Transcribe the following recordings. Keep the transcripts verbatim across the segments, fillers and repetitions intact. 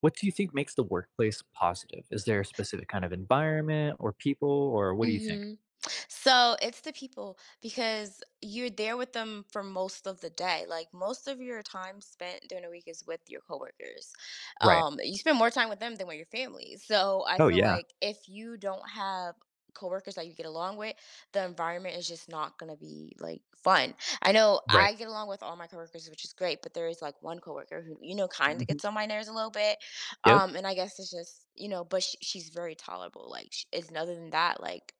What do you think makes the workplace positive? Is there a specific kind of environment or people, or what do you think? Hmm. So it's the people because you're there with them for most of the day. Like, most of your time spent during the week is with your coworkers. Right. Um, you spend more time with them than with your family. So I Oh feel yeah. like if you don't have coworkers that you get along with, the environment is just not gonna be like fun. I know Right. I get along with all my coworkers, which is great, but there is like one coworker who, you know, kind of Mhm. gets on my nerves a little bit. Yep. Um, and I guess it's just you know, but she, she's very tolerable. Like, sh- it's other than that, like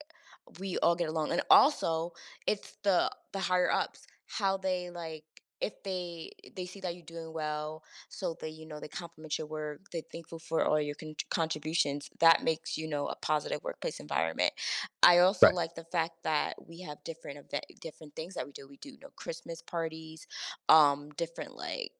we all get along. And also, it's the the higher ups, how they like if they they see that you're doing well, so they, you know, they compliment your work, they're thankful for all your con- contributions. That makes, you know, a positive workplace environment. I also Right. like the fact that we have different event, different things that we do. We do, you know, Christmas parties, um, different like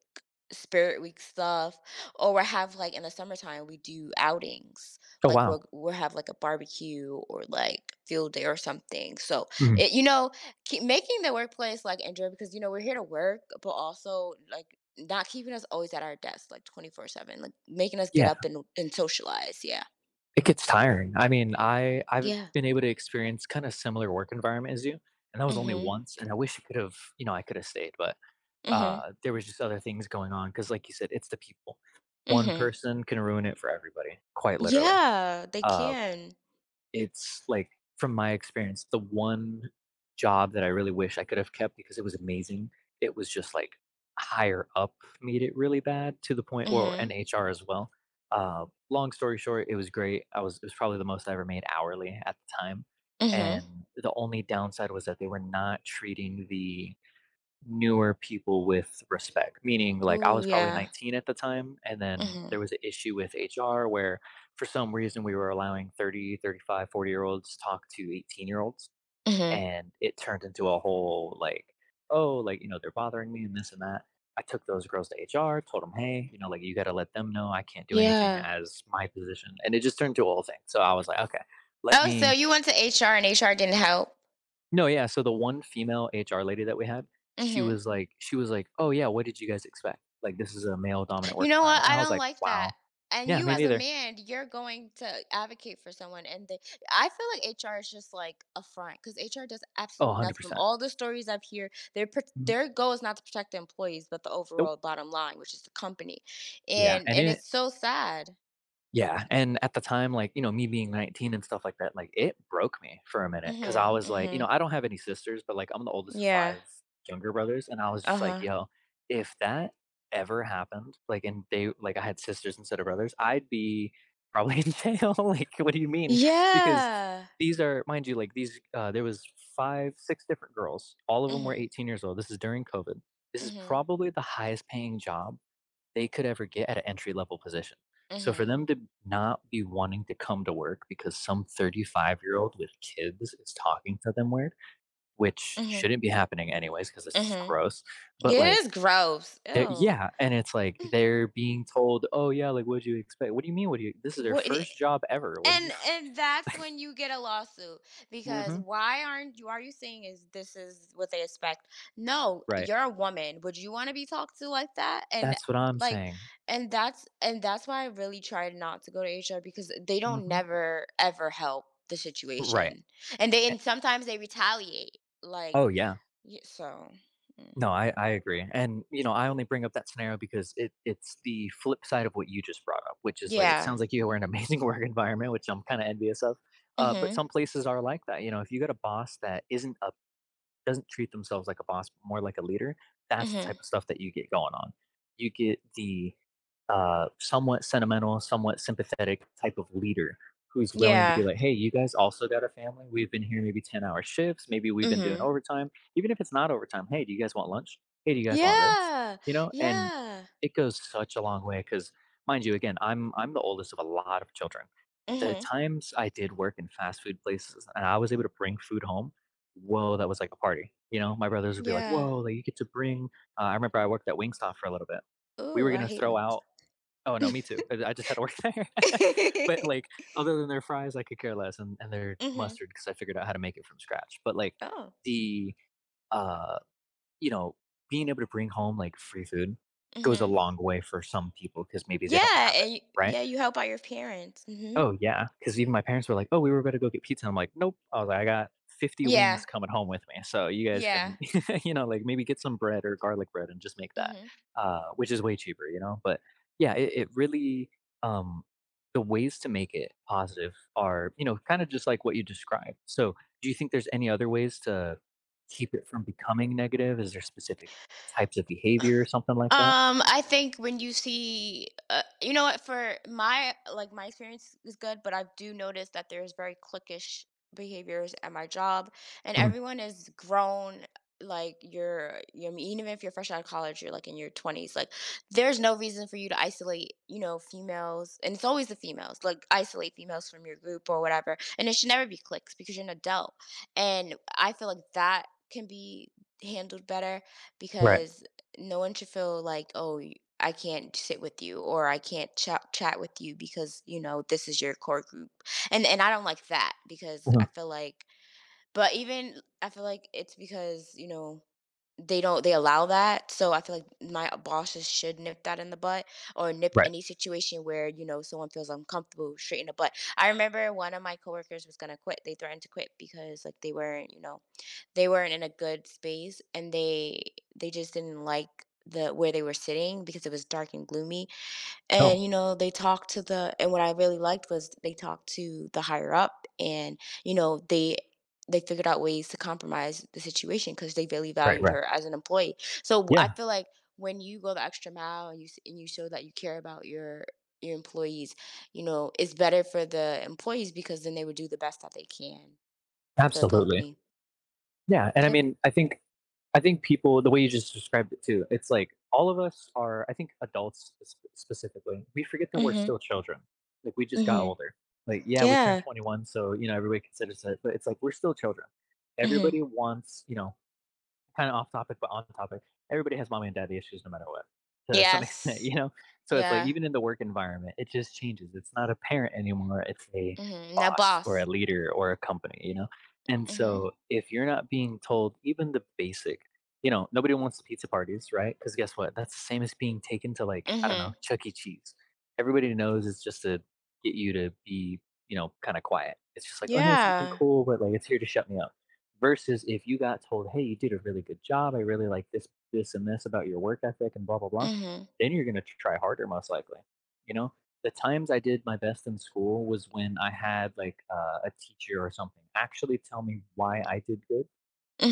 spirit week stuff, or we have like in the summertime we do outings, Oh like wow. we'll we'll have like a barbecue or like field day or something. So Mhm. it, you know, keep making the workplace like enjoy because you know we're here to work, but also like not keeping us always at our desk like twenty four seven, like making us get Yeah, up and and socialize. Yeah, it gets tiring. I mean, I I've yeah. been able to experience kind of similar work environment as you, and that was only Mhm. once. And I wish I could have, you know, I could have stayed, but Mhm. uh, there was just other things going on. Because, like you said, it's the people. One Mhm. person can ruin it for everybody, quite literally. Yeah, they Uh, can. It's, like, from my experience, the one job that I really wish I could have kept because it was amazing, it was just, like, higher up made it really bad to the point or and Mhm. H R as well. Uh, long story short, it was great. I was It was probably the most I ever made hourly at the time, Mhm. and the only downside was that they were not treating the newer people with respect. Meaning, like, I Ooh, was probably yeah. nineteen at the time, and then there Mhm. was an issue with H R where, for some reason, we were allowing thirty, thirty-five, forty year olds talk to eighteen-year-olds, Mhm. and it turned into a whole, like, "Oh," like, you know, "they're bothering me," and this and that. I took those girls to H R, told them, "Hey," you know, like, "you gotta let them know I can't do anything Yeah. as my position," and it just turned to a whole thing. So I was like, "Okay, let Oh, so me" you went to H R and H R didn't help. no, yeah, so the one female H R lady that we had, she Mhm. was like she was like, "Oh, yeah, what did you guys expect? Like, this is a male dominant You work know what? environment." And I I was don't like, like that. "Wow. And Yeah, you me as a neither." man, you're going to advocate for someone and they, I feel like H R is just like a front cuz H R does "Oh, absolutely nothing from one hundred percent." all the stories I've heard. Their pro- "Mm, Their goal is not to protect the employees, but the nope." overall bottom line, which is the company. Yeah, And and and it it's so sad. Yeah, and at the time, like, you know, me being nineteen and stuff like that, like, it broke me for a minute because I Mhm. was like, you know, Mhm. I don't have any sisters, but, like, I'm the oldest of Yeah. five younger brothers, and I was just like, Uh-huh. "Yo, if that ever happened, like, and they like, I had sisters instead of brothers, I'd be probably in jail." Like, "What do you mean?" Because Yeah. these are mind you, like, these uh, there was five, six different girls. All of them were Mhm. eighteen years old. This is during COVID. This is Mhm. probably the highest paying job they could ever get at an entry level position. So for Mhm. them to not be wanting to come to work because some thirty-five year old with kids is talking to them weird, which Mhm. shouldn't be happening anyways because it's just Mhm. gross. But Yeah, it like, is gross. they're- Ew. yeah, and it's like Mm. they're being told, "Oh yeah, like what do you expect? What do you mean? What do you? This is their What eh, first job ever. What do you?" And and that's when you get a lawsuit because Hmm. why aren't you are you saying is this is what they expect? No, Right. you're a woman. Would you want to be talked to like that? And That's what I'm like saying. and that's and that's why I really tried not to go to H R because they don't Hmm. never ever help the Right. situation. And they Eh. and Sometimes they retaliate like Oh yeah. y- so mm. No, I I agree, and, you know, I only bring up that scenario because it it's the flip side of what you just brought up, which is, like, it Yeah. sounds like you were in an amazing work environment, which I'm kinda envious of, uh, but Mhm. some places are like that, you know, if you got a boss that isn't a doesn't treat themselves like a boss, but more like a leader, that's the type Mhm. of stuff that you get going on. You get the uh, somewhat sentimental, somewhat sympathetic type of leader who's willing to be Yeah. like, hey, you guys also got a family. We've been here maybe ten hour shifts. Maybe we've been doing Mhm. overtime. Even if it's not overtime, hey, do you guys want lunch? Hey, do you guys want this? Yeah. You know, and Yeah. it goes such a long way because mind you, again, I'm I'm the oldest of a lot of children. The Mhm. times I did work in fast food places and I was able to bring food home, "Whoa, that was like a party," you know? My brothers would be like, Yeah. "Whoa, like you get to bring" uh, I remember I worked at Wingstop for a little bit. We were Ooh, I gonna hate throw wings. out oh, no, me too. I I just had to work there. But, like, other than their fries, I could care less, and and their Mhm. mustard because I figured out how to make it from scratch. But, like, Oh. the, uh, you know, being able to bring home, like, free food goes a Mhm. long way for some people because maybe they don't Yeah, have it, and you right? yeah, you help out your parents. Mhm. Oh, yeah, because even my parents were like, "Oh, we were gonna go get pizza." I'm like, "Nope." I was like, "I got fifty Yeah. wings coming home with me, so you guys can, Yeah. you know, like, maybe get some bread or garlic bread and just make that," Mhm. uh, which is way cheaper, you know? But, yeah, it it really, um the ways to make it positive are, you know, kinda just like what you described. So, do you think there's any other ways to keep it from becoming negative? Is there specific types of behavior or something like that? Um, I think when you see, uh, you know what, for my like my experience is good, but I do notice that there's very cliquish behaviors at my job, and Mhm, everyone is grown. Like you're, you're even if you're fresh out of college, you're like in your twenties. Like there's no reason for you to isolate, you know, females, and it's always the females. Like isolate females from your group or whatever, and it should never be cliques because you're an adult, and I feel like that can be handled better right, because no one should feel like, oh, y- I can't sit with you or I can't chat chat with you because, you know, this is your core group, and and I don't like that because mhm, I feel like, but even I feel like it's because, you know, they don't they allow that, so I feel like my bosses should nip that in the butt or nip right. any situation where, you know, someone feels uncomfortable straight in the butt. I remember one of my coworkers was gonna quit. They threatened to quit because like they weren't, you know, they weren't in a good space, and they they just didn't like the where they were sitting because it was dark and gloomy, and Oh, you know they talked to the and what I really liked was they talked to the higher up, and you know they they figured out ways to compromise the situation because they really right, valued right. her as an employee. So w- I Yeah, feel like when you go the extra mile and you s- and you show that you care about your your employees, you know it's better for the employees because then they would do the best that they can for the absolutely. company. Yeah, and I Yep. mean, I think I think people the way you just described it too, it's like all of us are I think adults sp- specifically, we forget that we're Mhm. still children. Like we just got Mhm. older. Like yeah, we turned Yeah. twenty-one, so you know everybody considers it, but it's like we're still children. Mhm. Everybody wants, you know, kind of off topic, but on topic. Everybody has mommy and daddy issues no matter what, to some extent, Yes. you know? So it's like, Yeah. even in the work environment, it just changes. It's not a parent anymore, it's a Mhm. Now boss or a boss. leader or a company, you know? And Mhm. so if you're not being told even the basic, you know, nobody wants pizza parties, right? Because guess what? That's the same as being taken to, like, I don't know, Mhm. Chuck E. Cheese. Everybody knows it's just to get you to be, you know, kind of quiet. It's just like, oh, hey, something Yeah. cool, but like, it's here to shut me up. Versus if you got told, "Hey, you did a really good job. I really like this, this, and this about your work ethic and blah blah blah," Mhm. then you're gonna try harder most likely. You know, the times I did my best in school was when I had like uh, a teacher or something actually tell me why I did good,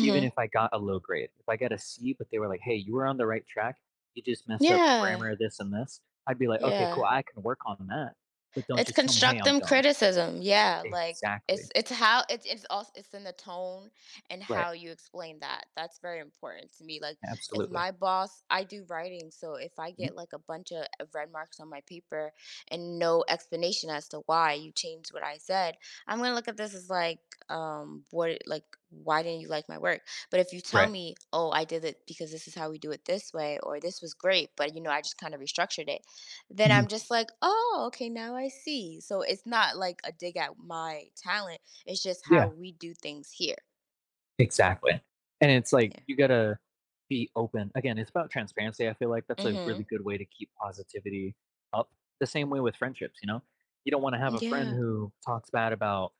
even if I got a low grade. If I got a C, but they were like, "Hey, you were on the right track. You just messed up Yeah. grammar, this and this." I'd be like, "Okay, cool. Yeah. I can work on that." But don't It's just tell me, "Hey, I'm constructive dumb." criticism. Yeah, like Exactly. it's it's how it's it's also it's in the tone and Right. how you explain that. That's very important to me. Like if Absolutely. my boss, I do writing, so if I Mhm. get like a bunch of of red marks on my paper and no explanation as to why you changed what I said, I'm gonna look at this as like um what like why didn't you like my work? But if you tell Right. me, oh, I did it because this is how we do it this way, or this was great, but you know, I just kind of restructured it, then I'm Mhm. just like, oh, okay, now I see. So it's not like a dig at my talent. It's just how Yeah. we do things here. Exactly. And it's like Yeah. you gotta be open. Again, it's about transparency. I feel like that's a really Mm-hmm. good way to keep positivity up. The same way with friendships, you know? You don't wanna have a friend Yeah. who talks bad about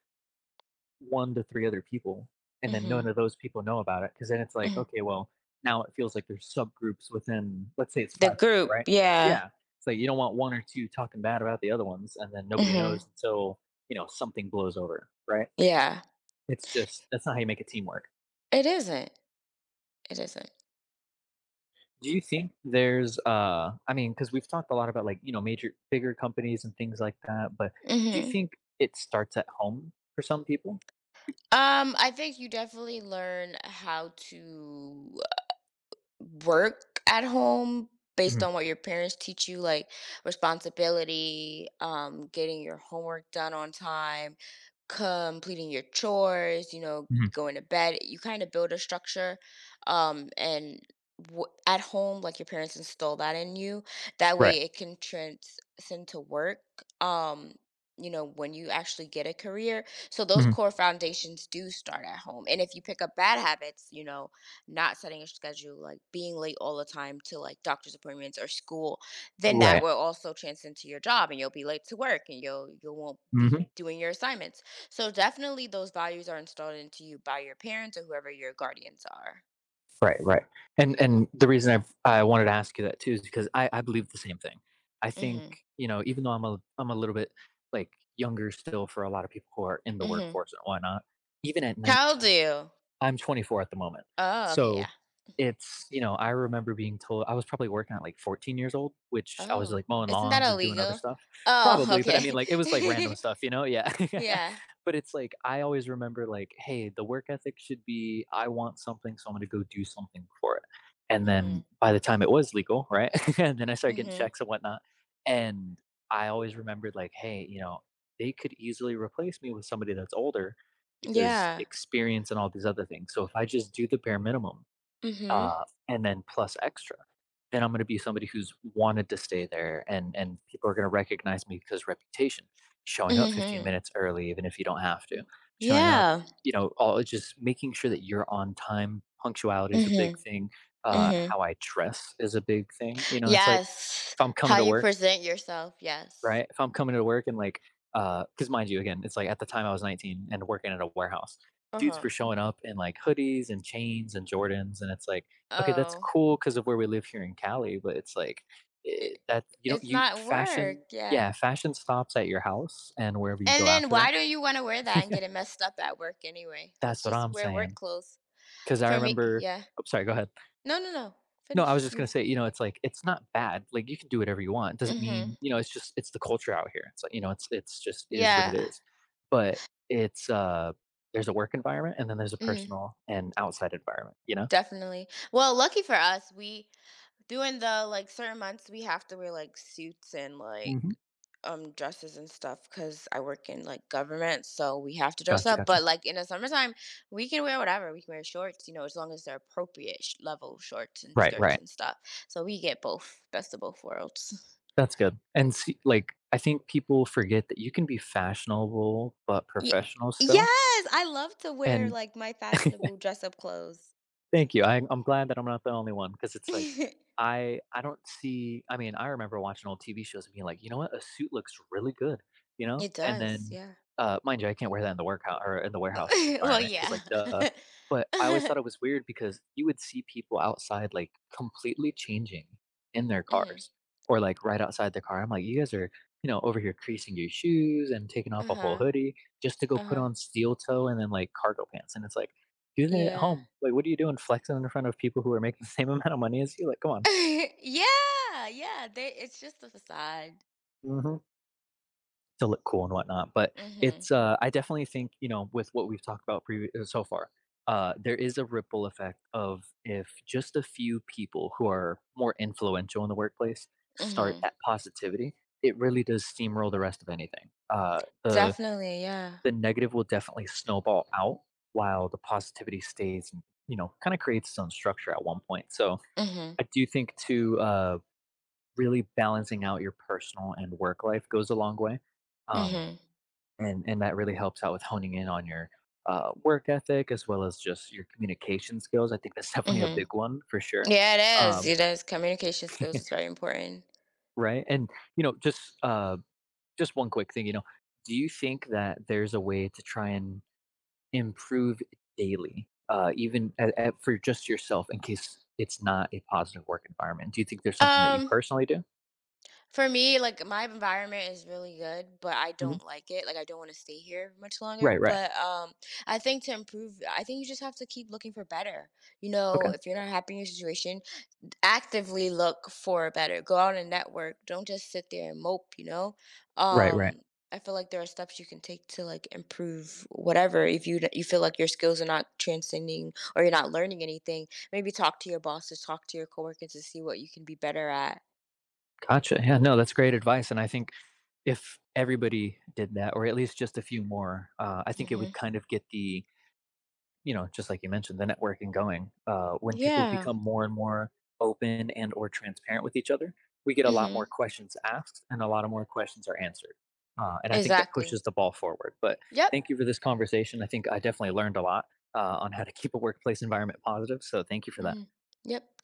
one to three other people and then none Mm-hmm. of those people know about it. Cause then it's like, Hmm. okay, well, now it feels like there's subgroups within let's say it's The five people, group. right? Yeah. Yeah. So you don't want one or two talking bad about the other ones and then nobody Mm-hmm. knows until, you know, something blows over, right? Yeah. It's just that's not how you make a teamwork. It isn't. It isn't. Do you think there's, uh, I mean, because we've talked a lot about like, you know, major, bigger companies and things like that, but do you Mm-hmm. think it starts at home for some people? Um, I think you definitely learn how to work at home based Mhm, on what your parents teach you, like responsibility, um getting your homework done on time, completing your chores, you know, mhm, going to bed. You kind of build a structure, um and w- at home like your parents install that in you that right, way it can transcend to work, um you know, when you actually get a career. So those mhm, core foundations do start at home, and if you pick up bad habits, you know, not setting a schedule, like being late all the time to like doctor's appointments or school, then that right, will also trans to your job and you'll be late to work and you'll you won't be mhm, doing your assignments. So definitely those values are installed into you by your parents or whoever your guardians are. right, right. And and the reason I've I wanted to ask you that too is because I I believe the same thing. I think Mhm. you know even though I'm a I'm a little bit like younger still for a lot of people who are in the Mhm. workforce and whatnot, even at How do nineteen. you? I'm twenty-four at the moment. Oh, okay, So yeah. it's, you know, I remember being told I was probably working at like fourteen years old, which I was Oh. like mowing Isn't that lawns and doing other illegal? stuff. Oh, Probably, but I mean okay. like it was like random stuff, you know? Yeah. Yeah. But it's like I always remember like, hey, the work ethic should be I want something, so I'm gonna go do something for it. And then Mhm. by the time it was legal, right? And then I started getting Mhm. checks and whatnot. And I always remembered like, hey, you know, they could easily replace me with somebody that's older because Yeah. experience and all these other things. So if I just do the bare minimum Mhm. uh, and then plus extra, then I'm going to be somebody who's wanted to stay there, and and people are going to recognize me because reputation, showing up fifteen Mhm. minutes early even if you don't have to, showing up, Yeah. you know, all just making sure that you're on time. Punctuality is a big Mhm. thing. Uh, how Mhm. I dress is a big thing. You know, it's like Yes. if I'm coming How to you work. present yourself, yes. Right? If I'm coming to work and like, uh, because mind you, again, it's like at the time I was nineteen and working at a warehouse, dudes Uh-huh. were showing up in like hoodies and chains and Jordans, and it's like, okay, that's Oh. cool because of where we live here in Cali, but it's like i- eh, that you don't It's you not work, fashion, yeah. yeah, fashion stops at your house and wherever you And go then after that. why do you want to wear that and get it messed up at work anyway? Like That's what just I'm wear work saying. clothes. Because I For me, remember, yeah. oh, sorry, go ahead. No, no, no. No, I was Finish. just gonna You. say, you know, it's like, it's not bad, like, you can do whatever you want, it doesn't mean Mhm. you know, it's just it's the culture out here, it's like, you know, it's it's just is what it Yeah. is, but it's, uh there's a work environment, and then there's a Mhm. personal and outside environment, you know? Definitely. Well, lucky for us, we during the like certain months, we have to wear like suits and like Mhm. um dresses and stuff because I work in like government, so we have to dress Gotcha, up. gotcha. But like in the summertime, we can wear whatever. We can wear shorts, you know, as long as they're appropriate sh- level shorts and Right, skirts right. and stuff. So we get both, best of both worlds. That's good, and see like, I think people forget that you can be fashionable, but Ye- professional still, yes, I love to wear and like my fashionable dress up clothes. thank you. So. I I'm glad that I'm not the only one because it's like, I I don't see I mean, I remember watching old T V shows and being like, "You know what? A suit looks really good," you know? It And does, then, yeah. uh, mind you, I can't wear that in the workout or in the warehouse Well, environment because, yeah. like, duh, but I always Hmm. thought it was weird because you would see people outside, like, completely changing in their cars or, like, right outside their car. I'm like, "You guys are, you know, over here creasing your shoes and taking off Uh a whole huh. hoodie just to go Uh put huh. on steel toe and then, like, cargo pants," and it's like, do that at Yeah. home. Like, what are you doing flexing in front of people who are making the same amount of money as you? Like, come on. Yeah, yeah, they it's just a facade. Hmm, to look cool and whatnot. But Mhm, it's uh, I definitely think you know with what we've talked about previ- uh, so far, uh, there is a ripple effect of if just a few people who are more influential in the workplace start mhm. that positivity, it really does steamroll the rest of anything. Uh, the Definitely, yeah. the negative will definitely snowball out while the positivity stays. You know, kind of creates its own structure at one point. So Mhm, I do think to uh, really balancing out your personal and work life goes a long way. Um, mhm, and, and that really helps out with honing in on your uh, work ethic as well as just your communication skills. I think that's definitely a mhm. big one for sure. Yeah, it is, Um, it is. Communication skills is very important. right. And, you know, just, uh, just one quick thing, you know, do you think that there's a way to try and improve daily, uh, even at, at, for just yourself in case it's not a positive work environment? Do you think there's something that you Um, personally do? for me, like, my environment is really good, but I Hmm. don't like it, like, I don't wanna stay here much longer, Right. Right. but, um, I think to improve I think you just have to keep looking for better. You know, Okay. if you're not happy in your situation, actively look for better, go out and network, don't just sit there and mope, you know. Right. Right. um I feel like there are steps you can take to like improve whatever, if you d- you feel like your skills are not transcending or you're not learning anything, maybe talk to your bosses, talk to your coworkers to see what you can be better at. Gotcha. Yeah, no, that's great advice. And I think if everybody did that, or at least just a few more, uh, I think it would Hmm. kind of get the, you know, just like you mentioned, the networking going. Uh, when people Yeah. become more and more open and or transparent with each other, we get a lot Hmm. more questions asked and a lot of more questions are answered. Uh, and I think that Exactly. pushes the ball forward. But Yep. thank you for this conversation. I think I definitely learned a lot uh, on how to keep a workplace environment positive. So thank you for that. Hmm. Yep.